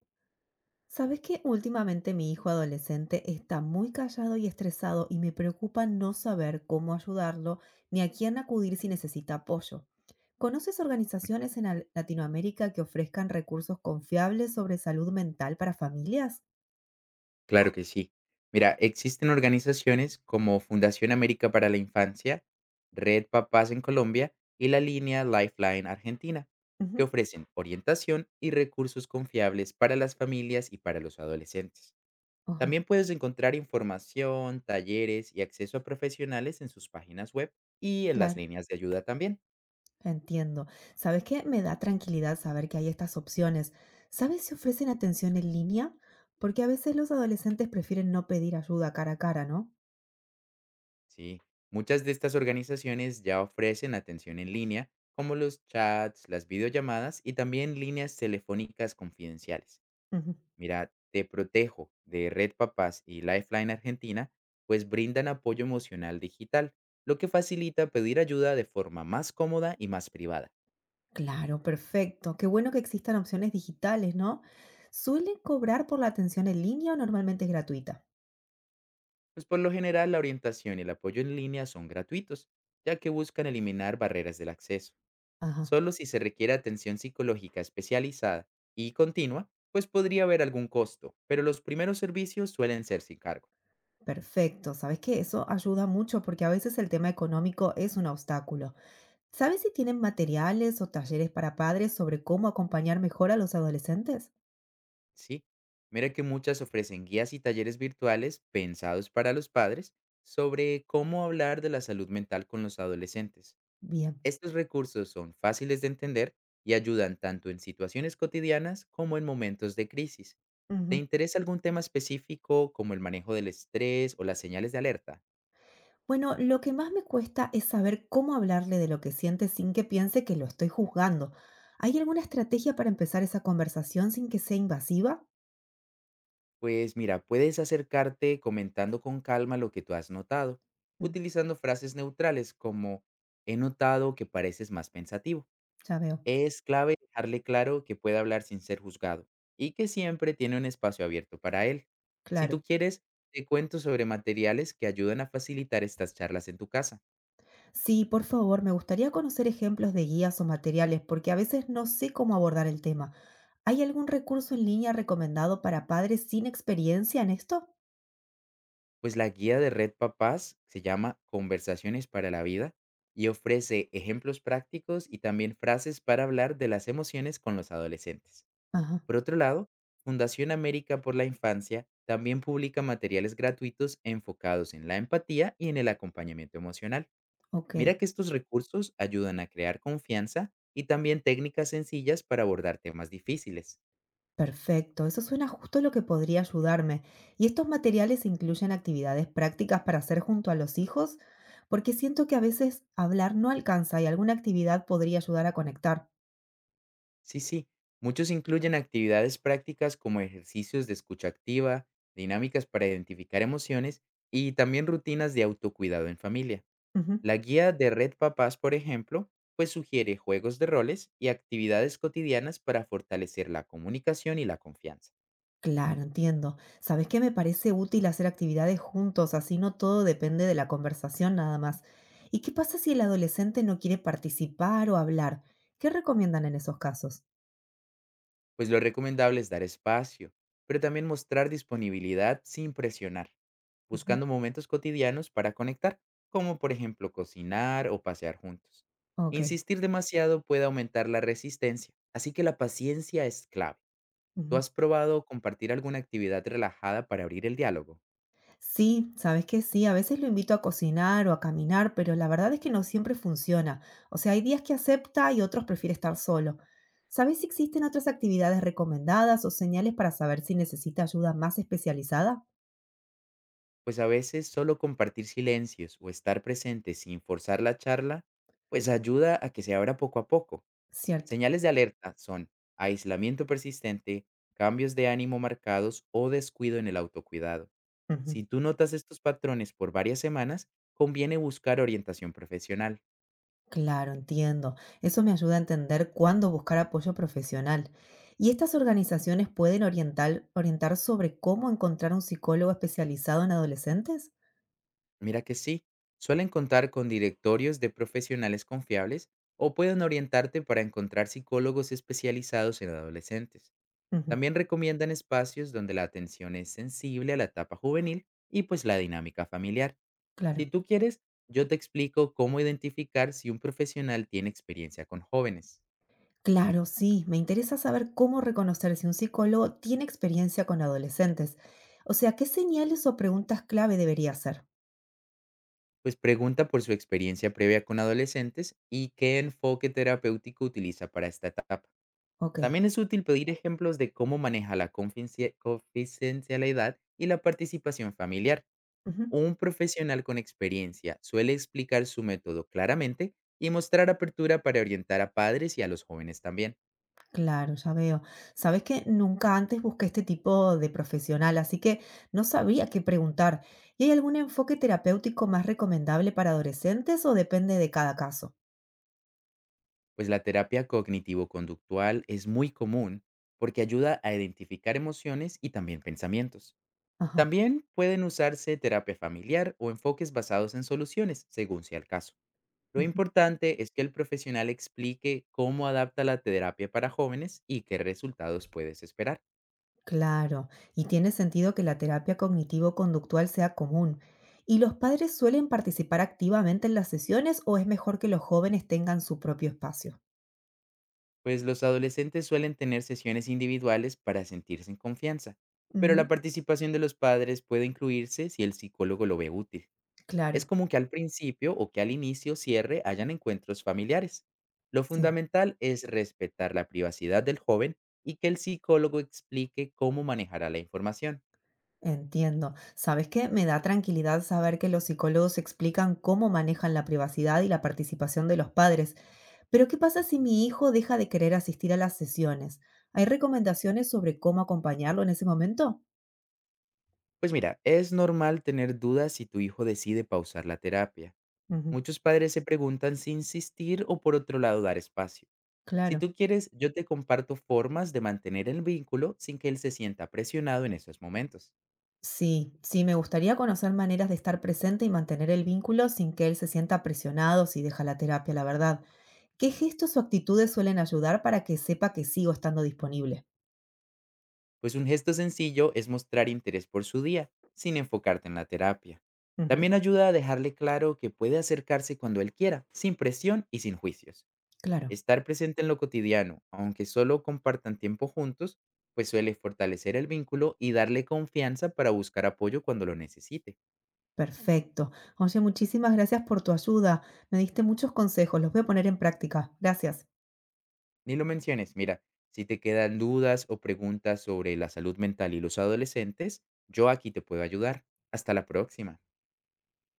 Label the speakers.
Speaker 1: ¿Sabes qué? Últimamente mi hijo adolescente está muy callado y estresado y me preocupa no saber cómo ayudarlo ni a quién acudir si necesita apoyo. ¿Conoces organizaciones en Latinoamérica que ofrezcan recursos confiables sobre salud mental para familias?
Speaker 2: Claro que sí. Mira, existen organizaciones como Fundación América para la Infancia, Red Papás en Colombia y la línea Lifeline Argentina, que
Speaker 1: Ujú.
Speaker 2: ofrecen orientación y recursos confiables para las familias y para los adolescentes.
Speaker 1: Ajá,
Speaker 2: También puedes encontrar información, talleres y acceso a profesionales en sus páginas web y en las
Speaker 1: claro,
Speaker 2: líneas de ayuda también.
Speaker 1: entiendo. ¿Sabes qué? Me da tranquilidad saber que hay estas opciones. ¿Sabes si ofrecen atención en línea? Porque a veces los adolescentes prefieren no pedir ayuda cara a cara, ¿no?
Speaker 2: Sí, muchas de estas organizaciones ya ofrecen atención en línea, como los chats, las videollamadas y también líneas telefónicas confidenciales.
Speaker 1: Ujú.
Speaker 2: Mira, Te Protejo de Red Papás y Lifeline Argentina, pues brindan apoyo emocional digital, lo que facilita pedir ayuda de forma más cómoda y más privada.
Speaker 1: Claro, perfecto. Qué bueno que existan opciones digitales, ¿no? ¿Suelen cobrar por la atención en línea o normalmente es gratuita?
Speaker 2: Pues por lo general la orientación y el apoyo en línea son gratuitos, ya que buscan eliminar barreras del acceso.
Speaker 1: Ajá,
Speaker 2: Solo si se requiere atención psicológica especializada y continua, pues podría haber algún costo, pero los primeros servicios suelen ser sin cargo,
Speaker 1: perfecto. Sabes que eso ayuda mucho porque a veces el tema económico es un obstáculo. ¿Sabes si tienen materiales o talleres para padres sobre cómo acompañar mejor a los adolescentes?
Speaker 2: ¿sí? Mira que muchas ofrecen guías y talleres virtuales pensados para los padres sobre cómo hablar de la salud mental con los adolescentes.
Speaker 1: Bien.
Speaker 2: Estos recursos son fáciles de entender y ayudan tanto en situaciones cotidianas como en momentos de crisis. ¿Te
Speaker 1: Ujú.
Speaker 2: interesa algún tema específico como el manejo del estrés o las señales de alerta?
Speaker 1: Bueno, lo que más me cuesta es saber cómo hablarle de lo que siente sin que piense que lo estoy juzgando. ¿Hay alguna estrategia para empezar esa conversación sin que sea invasiva?
Speaker 2: Pues mira, puedes acercarte comentando con calma lo que tú has notado,
Speaker 1: Mm.
Speaker 2: utilizando frases neutrales como he notado que pareces más pensativo.
Speaker 1: Ya veo.
Speaker 2: Es clave dejarle claro que puede hablar sin ser juzgado y que siempre tiene un espacio abierto para él. Si tú
Speaker 1: Claro.
Speaker 2: quieres, te cuento sobre materiales que ayudan a facilitar estas charlas en tu casa,
Speaker 1: Sí, por favor, me gustaría conocer ejemplos de guías o materiales porque a veces no sé cómo abordar el tema. ¿Hay algún recurso en línea recomendado para padres sin experiencia en esto?
Speaker 2: pues la guía de Red Papás se llama Conversaciones para la Vida y ofrece ejemplos prácticos y también frases para hablar de las emociones con los adolescentes.
Speaker 1: Ajá,
Speaker 2: Por otro lado, Fundación América por la Infancia también publica materiales gratuitos enfocados en la empatía y en el acompañamiento emocional.
Speaker 1: ok,
Speaker 2: Mira que estos recursos ayudan a crear confianza y también técnicas sencillas para abordar temas difíciles.
Speaker 1: perfecto. Eso suena justo lo que podría ayudarme. ¿Y estos materiales incluyen actividades prácticas para hacer junto a los hijos? Porque siento que a veces hablar no alcanza y alguna actividad podría ayudar a conectar.
Speaker 2: Sí, sí, muchos incluyen actividades prácticas como ejercicios de escucha activa, dinámicas para identificar emociones y también rutinas de autocuidado en familia.
Speaker 1: Ujú.
Speaker 2: La guía de Red Papás, por ejemplo, pues sugiere juegos de roles y actividades cotidianas para fortalecer la comunicación y la confianza.
Speaker 1: Claro, entiendo. ¿Sabes qué? Me parece útil hacer actividades juntos, así no todo depende de la conversación nada más. ¿Y qué pasa si el adolescente no quiere participar o hablar? ¿Qué recomiendan en esos casos?
Speaker 2: Pues lo recomendable es dar espacio, pero también mostrar disponibilidad sin presionar,
Speaker 1: Ujú.
Speaker 2: buscando momentos cotidianos para conectar, como por ejemplo cocinar o pasear juntos.
Speaker 1: Ok.
Speaker 2: Insistir demasiado puede aumentar la resistencia, así que la paciencia es clave. ¿Tú
Speaker 1: Ujú.
Speaker 2: has probado compartir alguna actividad relajada para abrir el diálogo?
Speaker 1: Sí, sabes que sí, a veces lo invito a cocinar o a caminar, pero la verdad es que no siempre funciona. O sea, hay días que acepta y otros prefiere estar solo. ¿Sabes si existen otras actividades recomendadas o señales para saber si necesita ayuda más especializada?
Speaker 2: Pues a veces solo compartir silencios o estar presente sin forzar la charla, pues ayuda a que se abra poco a poco.
Speaker 1: Cierto.
Speaker 2: Señales de alerta son aislamiento persistente, cambios de ánimo marcados o descuido en el autocuidado.
Speaker 1: Ujú.
Speaker 2: Si tú notas estos patrones por varias semanas, conviene buscar orientación profesional.
Speaker 1: Claro, entiendo. Eso me ayuda a entender cuándo buscar apoyo profesional. ¿Y estas organizaciones pueden orientar sobre cómo encontrar un psicólogo especializado en adolescentes?
Speaker 2: Mira que sí, suelen contar con directorios de profesionales confiables o pueden orientarte para encontrar psicólogos especializados en adolescentes.
Speaker 1: Ujú,
Speaker 2: También recomiendan espacios donde la atención es sensible a la etapa juvenil y pues la dinámica familiar. Si
Speaker 1: claro.
Speaker 2: tú quieres, yo te explico cómo identificar si un profesional tiene experiencia con jóvenes.
Speaker 1: Claro, sí. Me interesa saber cómo reconocer si un psicólogo tiene experiencia con adolescentes. O sea, ¿qué señales o preguntas clave debería hacer?
Speaker 2: Pues pregunta por su experiencia previa con adolescentes y qué enfoque terapéutico utiliza para esta etapa.
Speaker 1: Ok.
Speaker 2: También es útil pedir ejemplos de cómo maneja la confidencialidad y la participación familiar.
Speaker 1: Ujú.
Speaker 2: Un profesional con experiencia suele explicar su método claramente y mostrar apertura para orientar a padres y a los jóvenes también,
Speaker 1: Claro, ya veo. Sabes que nunca antes busqué este tipo de profesional, así que no sabía qué preguntar. ¿Y hay algún enfoque terapéutico más recomendable para adolescentes o depende de cada caso?
Speaker 2: pues la terapia cognitivo-conductual es muy común porque ayuda a identificar emociones y también pensamientos.
Speaker 1: Ajá.
Speaker 2: También pueden usarse terapia familiar o enfoques basados en soluciones, según sea el caso. Lo
Speaker 1: Ujú.
Speaker 2: importante es que el profesional explique cómo adapta la terapia para jóvenes y qué resultados puedes esperar.
Speaker 1: Claro. Y tiene sentido que la terapia cognitivo-conductual sea común. ¿Y los padres suelen participar activamente en las sesiones o es mejor que los jóvenes tengan su propio espacio?
Speaker 2: Pues los adolescentes suelen tener sesiones individuales para sentirse en confianza, pero la
Speaker 1: Ujú.
Speaker 2: participación de los padres puede incluirse si el psicólogo lo ve útil. Es
Speaker 1: Claro,
Speaker 2: común que al principio o que al inicio cierre hayan encuentros familiares. Lo
Speaker 1: sí.
Speaker 2: fundamental es respetar la privacidad del joven y que el psicólogo explique cómo manejará la información.
Speaker 1: Entiendo. ¿Sabes qué? Me da tranquilidad saber que los psicólogos explican cómo manejan la privacidad y la participación de los padres. Pero ¿qué pasa si
Speaker 2: Ujú.
Speaker 1: mi hijo deja de querer asistir a las sesiones? ¿Hay recomendaciones sobre cómo acompañarlo en ese momento?
Speaker 2: Pues mira, es normal tener dudas si tu hijo decide pausar la terapia.
Speaker 1: Ujú.
Speaker 2: Muchos padres se preguntan si insistir o por otro lado dar espacio. Si
Speaker 1: Claro.
Speaker 2: tú quieres, yo te comparto formas de mantener el vínculo sin que él se sienta presionado en esos momentos.
Speaker 1: Sí, sí, me gustaría conocer maneras de estar presente y mantener el vínculo sin que él se sienta presionado si deja la terapia, la verdad. ¿Qué gestos o actitudes suelen ayudar para que sepa que sigo estando disponible?
Speaker 2: Pues un gesto sencillo es mostrar interés por su día, sin enfocarte en la terapia.
Speaker 1: Ujú.
Speaker 2: También ayuda a dejarle claro que puede acercarse cuando él quiera, sin presión y sin juicios.
Speaker 1: Claro.
Speaker 2: Estar presente en lo cotidiano, aunque solo compartan tiempo juntos, pues suele fortalecer el vínculo y darle confianza para buscar apoyo cuando lo necesite.
Speaker 1: Perfecto. Oye, muchísimas gracias por tu ayuda. Me diste muchos consejos, los voy a poner en práctica. Gracias.
Speaker 2: Ni lo menciones. Mira, si te quedan dudas o preguntas sobre la salud mental y los adolescentes, yo aquí te puedo ayudar. Hasta la próxima.